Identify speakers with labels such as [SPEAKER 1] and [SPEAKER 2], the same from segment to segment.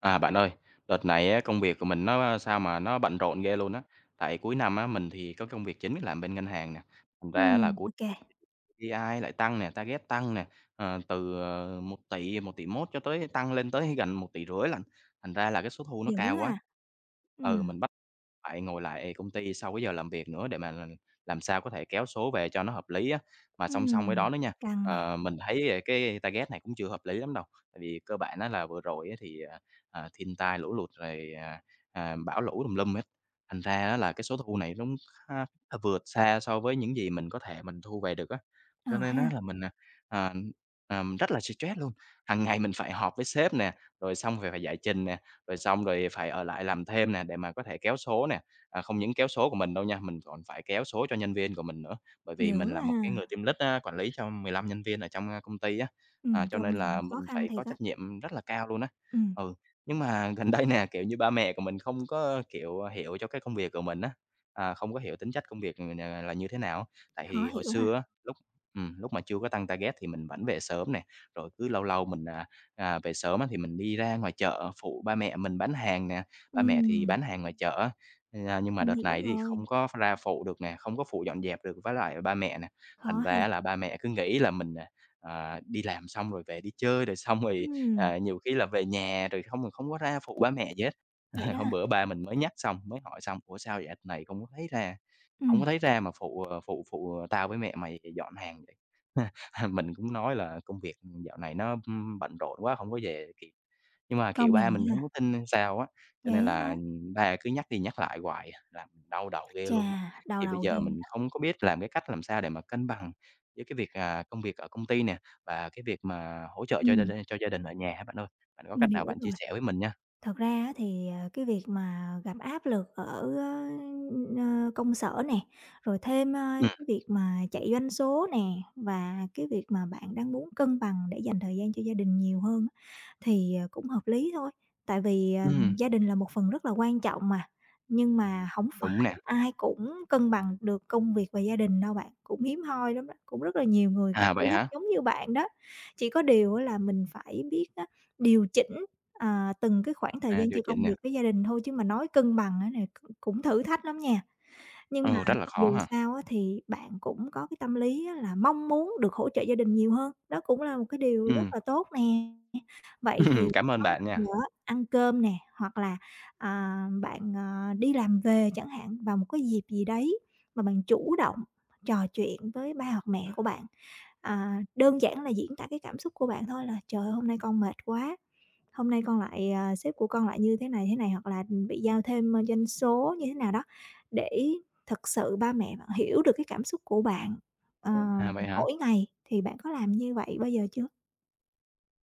[SPEAKER 1] À, bạn ơi, đợt này á, công việc của mình nó sao mà nó bận rộn ghê luôn á. Tại cuối năm á, mình thì có công việc chính là làm bên ngân hàng nè. Thành ra là cuối
[SPEAKER 2] Ok kê,
[SPEAKER 1] pi AI lại tăng nè, target tăng nè, từ 1.000.000.000, 1 cho tới tăng lên tới gần một tỷ rưỡi 000 lận, thành ra là cái số thu nó
[SPEAKER 2] dữ
[SPEAKER 1] cao quá.
[SPEAKER 2] ha.
[SPEAKER 1] Ừ,
[SPEAKER 2] Ừm,
[SPEAKER 1] mình bắt phải ngồi lại "Ê, công ty sau cái giờ làm việc nữa để mà làm sao có thể kéo số về cho nó hợp lý á. Mà song song với
[SPEAKER 2] ừm,
[SPEAKER 1] đó nữa nha,
[SPEAKER 2] căng nè,
[SPEAKER 1] mình thấy, cái target này cũng chưa hợp lý lắm đâu, tại vì cơ bản á là vừa rồi á thì, à, à, thiên tai lũ lụt rồi, bão lũ tùm lum hết, thành ra á là cái số thu này nó cũng kha vượt xa so với những gì mình có thể mình thu về được á.
[SPEAKER 2] ờ
[SPEAKER 1] Cho nên
[SPEAKER 2] ha,
[SPEAKER 1] á là mình, à, rất là stress luôn, hằng ngày mình phải họp với sếp nè, rồi xong rồi phải giải trình nè, rồi xong rồi phải ở lại làm thêm nè để mà có thể kéo số nè. À, không những kéo số của mình đâu nha, mình còn phải kéo số cho nhân viên của mình nữa, bởi vì mình
[SPEAKER 2] dữ
[SPEAKER 1] là một cái
[SPEAKER 2] ha.
[SPEAKER 1] người team lead á, quản lý cho 15 nhân viên ở trong, công ty á, à, cho
[SPEAKER 2] Công
[SPEAKER 1] nên
[SPEAKER 2] nhận
[SPEAKER 1] là
[SPEAKER 2] khó
[SPEAKER 1] mình
[SPEAKER 2] khăn
[SPEAKER 1] phải có
[SPEAKER 2] thiệt á,
[SPEAKER 1] trách nhiệm rất là cao luôn á.
[SPEAKER 2] ừm,
[SPEAKER 1] Ừ, nhưng mà gần đây nè, kiểu như, ba mẹ của mình không có, kiểu, hiểu cho cái công việc của mình á, à, không có hiểu tính chất công việc, là như thế nào? Tại
[SPEAKER 2] khó
[SPEAKER 1] thì hồi
[SPEAKER 2] hiểu ha.
[SPEAKER 1] xưa á. Lúc mà chưa có tăng target thì mình vẫn về sớm nè, rồi cứ lâu lâu mình, về sớm á thì mình đi ra ngoài chợ phụ ba mẹ mình bán hàng nè, ba mẹ thì
[SPEAKER 2] Ừm,
[SPEAKER 1] bán hàng ngoài chợ á. À, nhưng mà
[SPEAKER 2] mình
[SPEAKER 1] đợt
[SPEAKER 2] hiểu
[SPEAKER 1] này thì
[SPEAKER 2] rồi,
[SPEAKER 1] không có ra phụ được nè, không có phụ dọn dẹp được với lại ba mẹ nè, thành
[SPEAKER 2] khó ha.
[SPEAKER 1] ra là ba mẹ cứ nghĩ là mình, đi làm xong rồi về đi chơi, rồi xong rồi,
[SPEAKER 2] Ừm,
[SPEAKER 1] à, nhiều khi là về nhà rồi không không có ra phụ ba mẹ gì hết.
[SPEAKER 2] vậy đó
[SPEAKER 1] Hôm
[SPEAKER 2] ha,
[SPEAKER 1] bữa ba mình mới nhắc xong, mới hỏi xong: "Ủa, sao vậy? Anh này không có thấy ra?" Hổng
[SPEAKER 2] ừm,
[SPEAKER 1] có thấy ra mà phụ, phụ, tao với mẹ mày dọn hàng vậy. Mình cũng nói là công việc, dạo này nó, bận rộn quá, không có về kịp. Nhưng mà, kiểu,
[SPEAKER 2] công
[SPEAKER 1] ba
[SPEAKER 2] nhận
[SPEAKER 1] mình không
[SPEAKER 2] ha,
[SPEAKER 1] có tin hay sao á, cho nên
[SPEAKER 2] vậy á
[SPEAKER 1] là,
[SPEAKER 2] hả,
[SPEAKER 1] ba cứ nhắc đi nhắc lại hoài à, làm mình đau đầu ghê
[SPEAKER 2] chà,
[SPEAKER 1] luôn á.
[SPEAKER 2] đau
[SPEAKER 1] Thì bây
[SPEAKER 2] đầu ghê
[SPEAKER 1] giờ mình
[SPEAKER 2] đó,
[SPEAKER 1] không có biết làm cái cách làm sao để mà cân bằng giữa cái việc, à, công việc ở công ty nè, và cái việc mà hỗ trợ cho gia
[SPEAKER 2] ừm,
[SPEAKER 1] đình cho gia đình ở nhà á bạn ơi. Bạn có cách
[SPEAKER 2] mình
[SPEAKER 1] nào
[SPEAKER 2] hiểu
[SPEAKER 1] bạn chia
[SPEAKER 2] rồi.
[SPEAKER 1] sẻ với mình nha?
[SPEAKER 2] Thật ra á thì, cái việc mà gặp áp lực ở, ơ, công sở nè, rồi thêm,
[SPEAKER 1] Ừm,
[SPEAKER 2] cái việc mà chạy doanh số nè, và cái việc mà bạn đang muốn cân bằng để dành thời gian cho gia đình nhiều hơn á, thì, cũng hợp lý thôi, tại vì,
[SPEAKER 1] ừm,
[SPEAKER 2] gia đình là một phần rất là quan trọng mà, nhưng mà hổng phải
[SPEAKER 1] đúng nè.
[SPEAKER 2] ai cũng cân bằng được công việc và gia đình đâu bạn, cũng hiếm hoi lắm đó, cũng rất là nhiều người
[SPEAKER 1] À,
[SPEAKER 2] thử
[SPEAKER 1] vậy
[SPEAKER 2] thách
[SPEAKER 1] hả?
[SPEAKER 2] giống như bạn đó. Chỉ có điều á là mình phải biết á điều chỉnh, từng cái khoảng thời
[SPEAKER 1] À,
[SPEAKER 2] gian
[SPEAKER 1] điều
[SPEAKER 2] cho
[SPEAKER 1] chỉnh
[SPEAKER 2] công
[SPEAKER 1] nè.
[SPEAKER 2] việc với gia đình thôi, chứ mà nói cân bằng á là c cũng thử thách lắm nha. Nhưng mà
[SPEAKER 1] Ừ, rất là khó
[SPEAKER 2] dù
[SPEAKER 1] hả?
[SPEAKER 2] sao á thì bạn cũng có cái tâm lý á là mong muốn được hỗ trợ gia đình nhiều hơn, đó cũng là một cái điều rất
[SPEAKER 1] Ừm.
[SPEAKER 2] là tốt nè. Vậy thì
[SPEAKER 1] Cảm ơn
[SPEAKER 2] có bao
[SPEAKER 1] bạn
[SPEAKER 2] giờ
[SPEAKER 1] nha.
[SPEAKER 2] á, ăn cơm nè, hoặc là, bạn, đi làm về chẳng hạn, vào một cái dịp gì đấy mà bạn chủ động trò chuyện với ba hoặc mẹ của bạn, đơn giản là diễn tả cái cảm xúc của bạn thôi là "Trời ơi, hôm nay con mệt quá, hôm nay con lại sếp của con lại như thế này" hoặc là "Bị giao thêm, doanh số" như thế nào đó, để thực sự ba mẹ bạn hiểu được cái cảm xúc của bạn,
[SPEAKER 1] À, vậy hả?
[SPEAKER 2] mỗi ngày. Thì bạn có làm như vậy bao giờ chưa?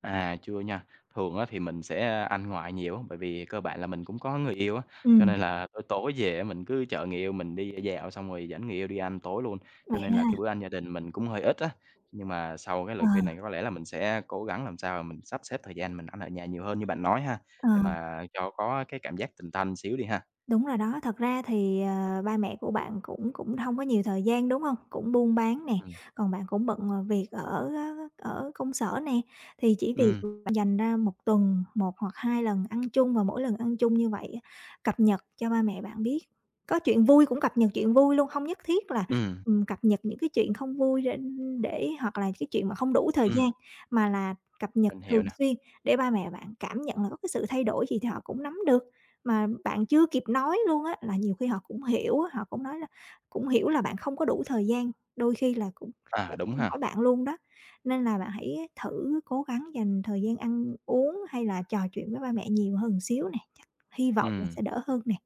[SPEAKER 1] À, chưa nha. Thường á thì mình sẽ ăn ngoại nhiều á, bởi vì cơ bản là mình cũng có người yêu á, cho
[SPEAKER 2] Ừm,
[SPEAKER 1] nên là tối tối về á mình cứ chở người yêu mình đi dạo xong rồi dẫn người yêu đi ăn tối luôn, cho
[SPEAKER 2] vậy
[SPEAKER 1] nên
[SPEAKER 2] đó
[SPEAKER 1] là
[SPEAKER 2] ha.
[SPEAKER 1] cái bữa ăn gia đình mình cũng hơi ít á. Nhưng mà sau cái
[SPEAKER 2] Ờ,
[SPEAKER 1] lời khuyên này có lẽ là mình sẽ cố gắng làm sao mà mình sắp xếp thời gian mình ăn ở nhà nhiều hơn như bạn nói ha,
[SPEAKER 2] ờ.
[SPEAKER 1] để mà cho có cái cảm giác tình tanh xíu đi ha.
[SPEAKER 2] Đúng rồi đó, thật ra thì, ba mẹ của bạn cũng cũng không có nhiều thời gian, đúng không? Cũng buôn bán nè,
[SPEAKER 1] Ừm,
[SPEAKER 2] còn bạn cũng bận, việc ở á ở công sở nè, thì chỉ việc
[SPEAKER 1] ừm,
[SPEAKER 2] bạn dành ra một tuần một hoặc 2 lần ăn chung và mỗi lần ăn chung như vậy á, cập nhật cho ba mẹ bạn biết. Có chuyện vui cũng cập nhật chuyện vui luôn, không nhất thiết là,
[SPEAKER 1] ừm,
[SPEAKER 2] cập nhật những cái chuyện không vui để hoặc là cái chuyện mà không đủ thời
[SPEAKER 1] ừm,
[SPEAKER 2] gian, mà là cập nhật
[SPEAKER 1] mình hiểu
[SPEAKER 2] thường
[SPEAKER 1] nè.
[SPEAKER 2] xuyên để ba mẹ bạn cảm nhận là có cái sự thay đổi gì thì họ cũng nắm được. Mà bạn chưa kịp nói luôn á, là nhiều khi họ cũng hiểu á, họ cũng nói là cũng hiểu là bạn không có đủ thời gian, đôi khi là cũng
[SPEAKER 1] À,
[SPEAKER 2] sẽ
[SPEAKER 1] đúng
[SPEAKER 2] không hỏi
[SPEAKER 1] ha.
[SPEAKER 2] bạn luôn đó. Nên là bạn hãy thử cố gắng dành thời gian ăn uống hay là trò chuyện với ba mẹ nhiều hơn xíu nè, chắc hy vọng là
[SPEAKER 1] Ừm.
[SPEAKER 2] sẽ đỡ hơn nè.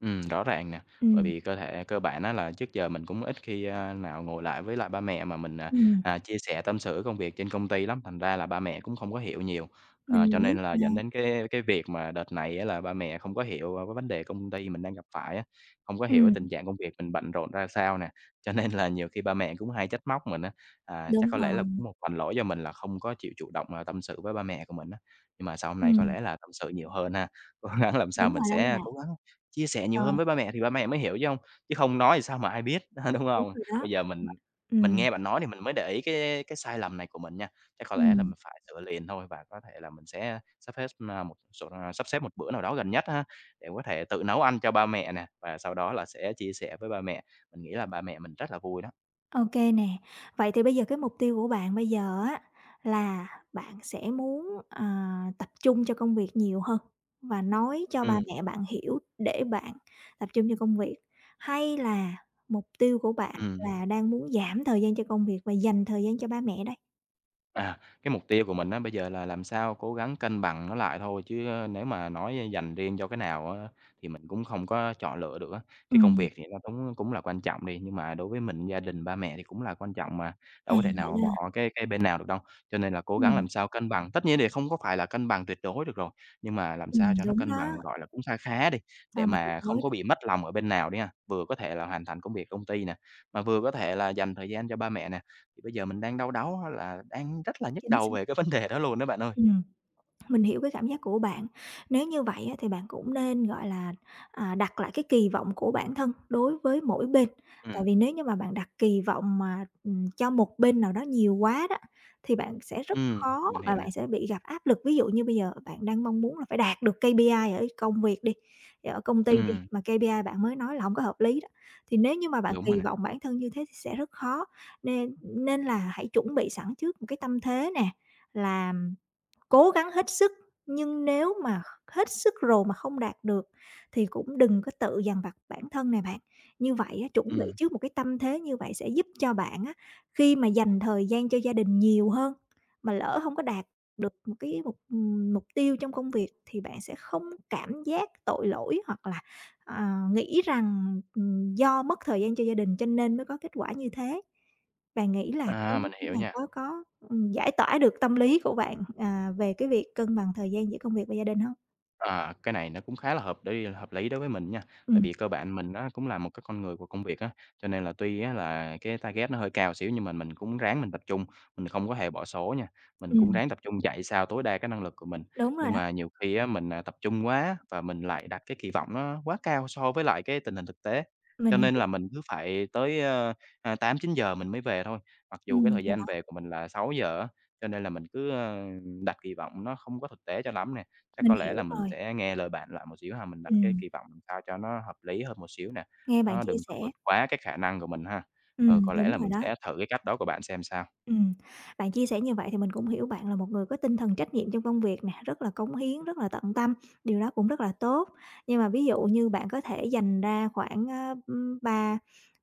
[SPEAKER 1] Rõ ràng nè, bởi
[SPEAKER 2] Ừm,
[SPEAKER 1] vì cơ thể cơ bản á là trước giờ mình cũng ít khi, nào ngồi lại với lại ba mẹ mà mình,
[SPEAKER 2] ừm,
[SPEAKER 1] chia sẻ tâm sự công việc trên công ty lắm, thành ra là ba mẹ cũng không có hiểu nhiều. Ờ, cho
[SPEAKER 2] mình biết
[SPEAKER 1] nên là
[SPEAKER 2] mà.
[SPEAKER 1] dẫn đến cái việc mà đợt này á là ba mẹ không có hiểu, cái vấn đề công ty mình đang gặp phải á, không có hiểu cái
[SPEAKER 2] Ừm,
[SPEAKER 1] tình trạng công việc mình bận rộn ra sao nè, cho nên là nhiều khi ba mẹ cũng hay trách móc mình á. À, chắc
[SPEAKER 2] đúng
[SPEAKER 1] có lẽ là
[SPEAKER 2] rồi,
[SPEAKER 1] cũng một phần lỗi do mình là không có chịu chủ động, à, tâm sự với ba mẹ của mình á, nhưng mà sau hôm nay có
[SPEAKER 2] ừm,
[SPEAKER 1] lẽ là tâm sự nhiều hơn ha, cố gắng làm sao
[SPEAKER 2] đúng
[SPEAKER 1] mình
[SPEAKER 2] rồi đó
[SPEAKER 1] sẽ
[SPEAKER 2] bạn.
[SPEAKER 1] cố gắng chia sẻ nhiều hơn
[SPEAKER 2] Rồi,
[SPEAKER 1] với ba mẹ thì ba mẹ mới hiểu chứ không nói thì sao mà ai biết, đúng
[SPEAKER 2] đúng
[SPEAKER 1] không?
[SPEAKER 2] rồi đó.
[SPEAKER 1] Bây giờ mình
[SPEAKER 2] Ừm,
[SPEAKER 1] nghe bạn nói thì mình mới để ý cái sai lầm này của mình nha, chắc có lẽ là
[SPEAKER 2] ừm.
[SPEAKER 1] mình phải sửa liền thôi và có thể là mình sẽ sắp xếp, sắp xếp một bữa nào đó gần nhất ha, để có thể tự nấu ăn cho ba mẹ nè, và sau đó là sẽ chia sẻ với ba mẹ. Mình nghĩ là ba mẹ mình rất là vui đó.
[SPEAKER 2] OK nè. Vậy thì bây giờ cái mục tiêu của bạn bây giờ á là bạn sẽ muốn, tập trung cho công việc nhiều hơn và nói cho ba
[SPEAKER 1] Ừm,
[SPEAKER 2] mẹ bạn hiểu để bạn tập trung cho công việc, hay là mục tiêu của bạn
[SPEAKER 1] ừm.
[SPEAKER 2] là đang muốn giảm thời gian cho công việc và dành thời gian cho ba mẹ đây?
[SPEAKER 1] À, cái mục tiêu của mình á, bây giờ là làm sao cố gắng cân bằng nó lại thôi, chứ, nếu mà nói dành riêng cho cái nào á, thì mình cũng không có chọn lựa được á.
[SPEAKER 2] Ừ.
[SPEAKER 1] Cái công việc thì nó cũng cũng là quan trọng đi, nhưng mà đối với mình, gia đình, ba mẹ thì cũng là quan trọng mà,
[SPEAKER 2] À,
[SPEAKER 1] đâu có thể
[SPEAKER 2] vậy
[SPEAKER 1] nào
[SPEAKER 2] là
[SPEAKER 1] bỏ cái bên nào được đâu. Cho nên là cố gắng
[SPEAKER 2] ừm,
[SPEAKER 1] làm sao cân bằng, tất nhiên thì không có phải là cân bằng tuyệt đối được rồi, nhưng mà làm sao cho nó
[SPEAKER 2] đúng
[SPEAKER 1] cân
[SPEAKER 2] đó,
[SPEAKER 1] bằng, gọi là, cũng kha khá đi, để
[SPEAKER 2] sao mà tuyệt
[SPEAKER 1] mà không
[SPEAKER 2] đối
[SPEAKER 1] có
[SPEAKER 2] được,
[SPEAKER 1] bị mất lòng ở bên nào đi ha. Vừa có thể là hoàn thành công việc công ty nè, mà vừa có thể là dành thời gian cho ba mẹ nè, thì bây giờ mình đang đau đáu á là đang rất là nhức
[SPEAKER 2] chính
[SPEAKER 1] đầu
[SPEAKER 2] xác.
[SPEAKER 1] về cái vấn đề đó luôn đó bạn ơi.
[SPEAKER 2] Ừ. Mình hiểu cái cảm giác của bạn. Nếu như vậy á, thì bạn cũng nên, gọi là, đặt lại cái kỳ vọng của bản thân đối với mỗi bên.
[SPEAKER 1] Ừm,
[SPEAKER 2] Tại vì nếu như mà bạn đặt kỳ vọng mà, cho một bên nào đó nhiều quá đó, thì bạn sẽ rất khó
[SPEAKER 1] mình hiểu
[SPEAKER 2] và
[SPEAKER 1] nè.
[SPEAKER 2] bạn sẽ bị gặp áp lực. Ví dụ như bây giờ bạn đang mong muốn là phải đạt được KPI ở công việc đi, ở công ty đi,
[SPEAKER 1] Ừm,
[SPEAKER 2] mà KPI bạn mới nói là không có hợp lý đó, thì nếu như mà bạn
[SPEAKER 1] đúng rồi
[SPEAKER 2] kỳ
[SPEAKER 1] nè.
[SPEAKER 2] vọng bản thân như thế thì sẽ rất khó. Nên nên là hãy chuẩn bị sẵn trước một cái tâm thế nè là cố gắng hết sức, nhưng nếu mà hết sức rồi mà không đạt được thì cũng đừng có tự dằn vặt bản thân này bạn. Như vậy á, chuẩn bị
[SPEAKER 1] Ừm,
[SPEAKER 2] trước một cái tâm thế như vậy sẽ giúp cho bạn á, khi mà dành thời gian cho gia đình nhiều hơn, mà lỡ không có đạt được một cái mục, mục tiêu trong công việc thì bạn sẽ không cảm giác tội lỗi hoặc là, ờ, nghĩ rằng, do mất thời gian cho gia đình cho nên mới có kết quả như thế. Bạn nghĩ là cái
[SPEAKER 1] à, mình
[SPEAKER 2] cái
[SPEAKER 1] hiểu
[SPEAKER 2] này
[SPEAKER 1] nha.
[SPEAKER 2] có, giải tỏa được tâm lý của bạn, về cái việc cân bằng thời gian giữa công việc và gia đình hông?
[SPEAKER 1] À, cái này nó cũng khá là hợp lý đối với mình nha, tại
[SPEAKER 2] Ừm,
[SPEAKER 1] vì cơ bản mình nó cũng là một cái con người của công việc á, cho nên là tuy á là cái target nó hơi cao xíu nhưng mà mình cũng ráng mình tập trung, mình không có hề bỏ số nha, mình cũng
[SPEAKER 2] ừm,
[SPEAKER 1] ráng tập trung chạy sao tối đa cái năng lực của mình.
[SPEAKER 2] đúng rồi
[SPEAKER 1] Nhưng
[SPEAKER 2] đó,
[SPEAKER 1] mà nhiều khi á mình, à, tập trung quá và mình lại đặt cái kỳ vọng nó quá cao so với lại cái tình hình thực tế, cho
[SPEAKER 2] mình
[SPEAKER 1] nên
[SPEAKER 2] hiểu,
[SPEAKER 1] là mình cứ phải tới, 8:00-9:00 mình mới về thôi, mặc dù cái thời
[SPEAKER 2] thì
[SPEAKER 1] gian
[SPEAKER 2] đó,
[SPEAKER 1] về của mình là 6:00 á, cho nên là mình cứ, đặt kỳ vọng nó không có thực tế cho lắm nè. Chắc có
[SPEAKER 2] mình
[SPEAKER 1] lẽ là
[SPEAKER 2] hiểu
[SPEAKER 1] mình
[SPEAKER 2] rồi.
[SPEAKER 1] sẽ nghe lời bạn lại một xíu ha, mình đặt cái
[SPEAKER 2] Ừm,
[SPEAKER 1] kỳ vọng làm sao cho nó hợp lý hơn một xíu nè,
[SPEAKER 2] nghe bạn
[SPEAKER 1] nó
[SPEAKER 2] chia
[SPEAKER 1] đừng có
[SPEAKER 2] sẻ
[SPEAKER 1] vượt quá cái khả năng của mình ha. Ờ, có lẽ
[SPEAKER 2] đúng
[SPEAKER 1] là
[SPEAKER 2] rồi
[SPEAKER 1] mình
[SPEAKER 2] đó.
[SPEAKER 1] sẽ thử cái cách đó của bạn xem sao.
[SPEAKER 2] Ừm, bạn chia sẻ như vậy thì mình cũng hiểu bạn là một người có tinh thần trách nhiệm trong công việc nè, rất là cống hiến, rất là tận tâm, điều đó cũng rất là tốt. Nhưng mà ví dụ như bạn có thể dành ra khoảng, ba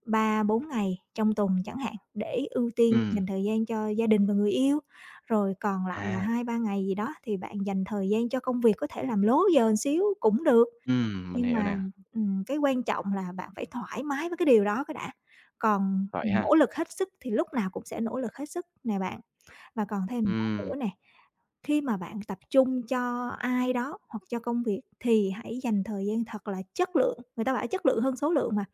[SPEAKER 2] ba, 4 ngày trong tuần chẳng hạn, để ưu tiên
[SPEAKER 1] Ừm,
[SPEAKER 2] dành thời gian cho gia đình và người yêu, rồi còn lại là
[SPEAKER 1] à,
[SPEAKER 2] hai ba ngày gì đó thì bạn dành thời gian cho công việc, có thể làm lố giờ một xíu cũng được,
[SPEAKER 1] mình
[SPEAKER 2] nhưng mà,
[SPEAKER 1] hiểu nè,
[SPEAKER 2] cái quan trọng là bạn phải thoải mái với cái điều đó cái đã, còn
[SPEAKER 1] vậy ha.
[SPEAKER 2] nỗ lực hết sức thì lúc nào cũng sẽ nỗ lực hết sức nè bạn. Và còn thêm một cái
[SPEAKER 1] Ừm,
[SPEAKER 2] nữa nè, khi mà bạn tập trung cho ai đó hoặc cho công việc thì hãy dành thời gian thật là chất lượng, người ta bảo chất lượng hơn số lượng mà.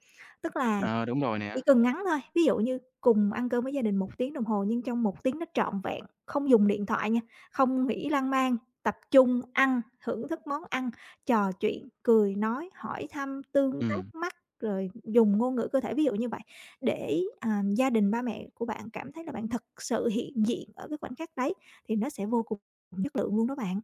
[SPEAKER 2] Tức là
[SPEAKER 1] ờ, đúng rồi nè,
[SPEAKER 2] chỉ cần ngắn thôi, ví dụ như cùng ăn cơm với gia đình một tiếng đồng hồ, nhưng trong một tiếng đó trọn vẹn, không dùng điện thoại nha, không nghĩ lan man, tập trung ăn, thưởng thức món ăn, trò chuyện, cười nói, hỏi thăm, tương tác
[SPEAKER 1] ừm.
[SPEAKER 2] mắt, rồi dùng ngôn ngữ cơ thể, ví dụ như vậy, để, gia đình, ba mẹ của bạn cảm thấy là bạn thật sự hiện diện ở cái khoảnh khắc đấy, thì nó sẽ vô cùng chất lượng luôn đó bạn.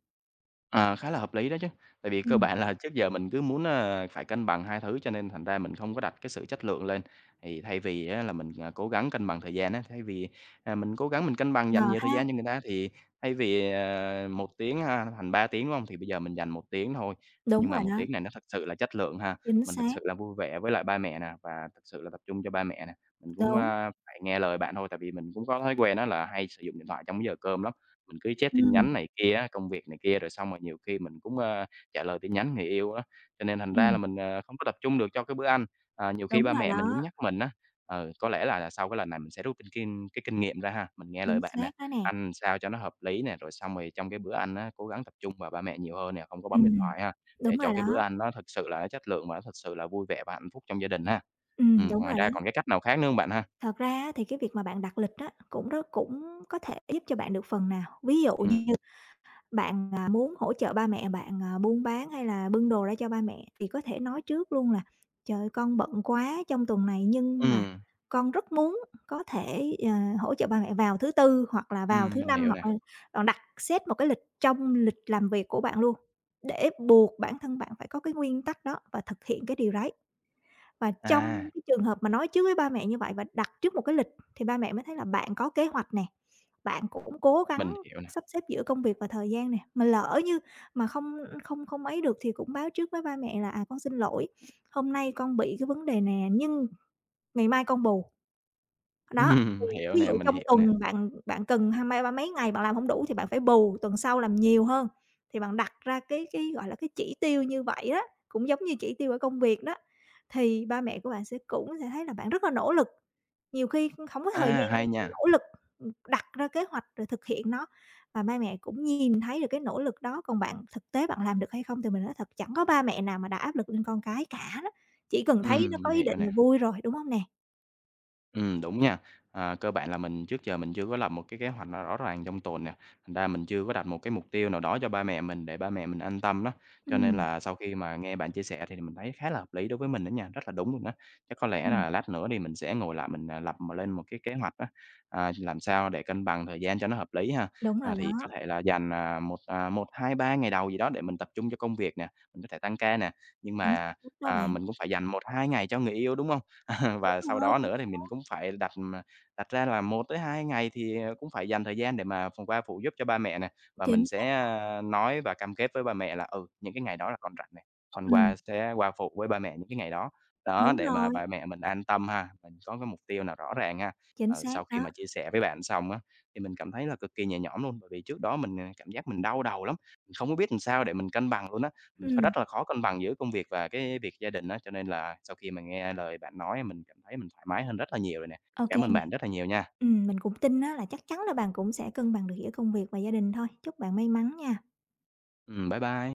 [SPEAKER 1] Ờ, khá là hợp lý đó chứ. Tại vì cơ
[SPEAKER 2] Ừm,
[SPEAKER 1] bản là trước giờ mình cứ muốn, phải cân bằng hai thứ cho nên thành ra mình không có đặt cái sự chất lượng lên. Thì thay vì á là mình, à, cố gắng cân bằng thời gian á, thay vì, à, mình cố gắng mình cân bằng
[SPEAKER 2] ờ
[SPEAKER 1] dành nhiều thời
[SPEAKER 2] ha,
[SPEAKER 1] gian cho người ta thì thay vì, 1 tiếng ha thành 3 tiếng, đúng không? Thì bây giờ mình dành 1 tiếng thôi, nhưng
[SPEAKER 2] đúng
[SPEAKER 1] mà
[SPEAKER 2] rồi
[SPEAKER 1] một
[SPEAKER 2] đó,
[SPEAKER 1] tiếng này nó thật sự là chất lượng ha.
[SPEAKER 2] chính
[SPEAKER 1] Mình thật
[SPEAKER 2] xác,
[SPEAKER 1] sự là vui vẻ với lại ba mẹ nè và thật sự là tập trung cho ba mẹ nè. Mình cũng,
[SPEAKER 2] đúng,
[SPEAKER 1] phải nghe lời bạn thôi, tại vì mình cũng có thói quen đó là hay sử dụng điện thoại trong cái giờ cơm lắm. Mình cứ check tin
[SPEAKER 2] ừm,
[SPEAKER 1] nhắn này kia á, công việc này kia, rồi xong rồi nhiều khi mình cũng, trả lời tin nhắn người yêu á, cho nên thành ra là
[SPEAKER 2] ừm,
[SPEAKER 1] mình, không có tập trung được cho cái bữa ăn. Ờ, nhiều khi
[SPEAKER 2] đúng
[SPEAKER 1] ba
[SPEAKER 2] rồi
[SPEAKER 1] mẹ mình
[SPEAKER 2] đó,
[SPEAKER 1] cũng nhắc mình á, ừ, có lẽ là sau cái lần này mình sẽ rút kinh kinh cái kinh nghiệm ra ha, mình nghe lời
[SPEAKER 2] chính
[SPEAKER 1] bạn nè,
[SPEAKER 2] xác đó nè.
[SPEAKER 1] ăn sao cho nó hợp lý nè, rồi xong rồi trong cái bữa ăn á, cố gắng tập trung vào ba mẹ nhiều hơn nè, không có bấm điện
[SPEAKER 2] Ừm,
[SPEAKER 1] thoại ha, để
[SPEAKER 2] đúng
[SPEAKER 1] cho
[SPEAKER 2] rồi
[SPEAKER 1] cái bữa
[SPEAKER 2] đó,
[SPEAKER 1] ăn nó thực sự là nó chất lượng và nó thật sự là vui vẻ và hạnh phúc trong gia đình ha.
[SPEAKER 2] đúng
[SPEAKER 1] Ngoài
[SPEAKER 2] rồi
[SPEAKER 1] ra
[SPEAKER 2] đó.
[SPEAKER 1] còn cái cách nào khác nữa không bạn ha?
[SPEAKER 2] Thật ra á thì cái việc mà bạn đặt lịch á, cũng rất cũng có thể giúp cho bạn được phần nào. Ví dụ như
[SPEAKER 1] Ừm,
[SPEAKER 2] bạn, muốn hỗ trợ ba mẹ bạn, buôn bán hay là bưng đồ ra cho ba mẹ thì có thể nói trước luôn là "Trời ơi, con bận quá trong tuần này nhưng mà
[SPEAKER 1] ừm,
[SPEAKER 2] con rất muốn có thể, hỗ trợ ba mẹ vào thứ Tư hoặc là vào thứ
[SPEAKER 1] mình
[SPEAKER 2] Năm."
[SPEAKER 1] hiểu
[SPEAKER 2] Hoặc,
[SPEAKER 1] nè.
[SPEAKER 2] là bạn đặt xét một cái lịch trong lịch làm việc của bạn luôn, để buộc bản thân bạn phải có cái nguyên tắc đó và thực hiện cái điều đấy. Và trong
[SPEAKER 1] À,
[SPEAKER 2] cái trường hợp mà nói trước với ba mẹ như vậy và đặt trước một cái lịch thì ba mẹ mới thấy là bạn có kế hoạch nè, bạn cũng cố gắng
[SPEAKER 1] mình hiểu nè.
[SPEAKER 2] sắp xếp giữa công việc và thời gian nè. Mà lỡ như mà không không không ấy được thì cũng báo trước với ba mẹ là "À, con xin lỗi, hôm nay con bị cái vấn đề nè, nhưng ngày mai con bù." Đó, thì
[SPEAKER 1] Hiểu
[SPEAKER 2] ví
[SPEAKER 1] nè,
[SPEAKER 2] dụ
[SPEAKER 1] mình
[SPEAKER 2] trong
[SPEAKER 1] hiểu nè.
[SPEAKER 2] tuần bạn bạn cần hai mấy ba mấy ngày bạn làm hổng đủ thì bạn phải bù tuần sau làm nhiều hơn, thì bạn đặt ra gọi là, cái chỉ tiêu như vậy đó, cũng giống như chỉ tiêu ở công việc đó, thì ba mẹ của bạn cũng sẽ thấy là bạn rất là nỗ lực. Nhiều khi hổng có
[SPEAKER 1] A,
[SPEAKER 2] thời gian
[SPEAKER 1] hay
[SPEAKER 2] nhưng
[SPEAKER 1] nha.
[SPEAKER 2] mà nỗ lực, đặt ra kế hoạch rồi thực hiện nó và ba mẹ cũng nhìn thấy được cái nỗ lực đó, còn bạn thực tế bạn làm được hay không thì mình nói thật chẳng có ba mẹ nào mà đặt áp lực lên con cái cả đó, chỉ cần thấy nó
[SPEAKER 1] Mình
[SPEAKER 2] có ý
[SPEAKER 1] hiểu
[SPEAKER 2] định
[SPEAKER 1] nè.
[SPEAKER 2] là vui rồi, đúng hông nè?
[SPEAKER 1] Đúng nha. À, cơ bản là mình trước giờ mình chưa có lập một cái kế hoạch nào rõ ràng trong tuần nè, thành ra mình chưa có đặt một cái mục tiêu nào đó cho ba mẹ mình để ba mẹ mình an tâm đó. Cho nên
[SPEAKER 2] Ừm,
[SPEAKER 1] là sau khi mà nghe bạn chia sẻ thì mình thấy khá là hợp lý đối với mình đó nha, rất là đúng luôn đó. Chắc có lẽ
[SPEAKER 2] ừm.
[SPEAKER 1] là lát nữa thì mình sẽ ngồi lại mình, à, lập mà lên một cái kế hoạch đó à, làm sao để cân bằng thời gian cho nó hợp lý ha.
[SPEAKER 2] Đúng
[SPEAKER 1] À,
[SPEAKER 2] rồi
[SPEAKER 1] thì có
[SPEAKER 2] đó,
[SPEAKER 1] thể là dành, à, 1, 2, 3 ngày đầu gì đó để mình tập trung cho công việc nè, mình có thể tăng ca nè, nhưng
[SPEAKER 2] chính
[SPEAKER 1] mà,
[SPEAKER 2] xác đó
[SPEAKER 1] à,
[SPEAKER 2] bạn.
[SPEAKER 1] mình cũng phải dành một 2 ngày cho người yêu, đúng không?
[SPEAKER 2] Đúng
[SPEAKER 1] Và sau
[SPEAKER 2] rồi,
[SPEAKER 1] đó nữa thì mình cũng phải đặt, đặt ra là một tới 2 ngày thì, cũng phải dành thời gian để mà phụ giúp cho ba mẹ nè, và mình
[SPEAKER 2] chính xác,
[SPEAKER 1] sẽ, nói và cam kết với ba mẹ là, ừ, những cái ngày đó là con rảnh này con
[SPEAKER 2] ừm,
[SPEAKER 1] sẽ qua phụ với ba mẹ những cái ngày đó. Đó,
[SPEAKER 2] đúng
[SPEAKER 1] để mà
[SPEAKER 2] rồi,
[SPEAKER 1] ba mẹ mình an tâm ha, mình có cái mục tiêu nào rõ ràng ha.
[SPEAKER 2] chính
[SPEAKER 1] Ờ,
[SPEAKER 2] xác
[SPEAKER 1] sau khi
[SPEAKER 2] đó,
[SPEAKER 1] mà chia sẻ với bạn xong á, thì mình cảm thấy là cực kỳ nhẹ nhõm luôn, bởi vì trước đó mình, cảm giác mình đau đầu lắm, mình không có biết làm sao để mình cân bằng luôn á. Mình có
[SPEAKER 2] ừm,
[SPEAKER 1] rất là khó cân bằng giữa công việc và cái việc gia đình á, cho nên là sau khi mà nghe lời bạn nói mình cảm thấy mình thoải mái hơn rất là nhiều rồi nè.
[SPEAKER 2] ô kê
[SPEAKER 1] Cảm ơn
[SPEAKER 2] nè.
[SPEAKER 1] bạn rất là nhiều nha.
[SPEAKER 2] Mình cũng tin á là chắc chắn là bạn cũng sẽ cân bằng được giữa công việc và gia đình thôi. Chúc bạn may mắn nha.
[SPEAKER 1] Bye bye.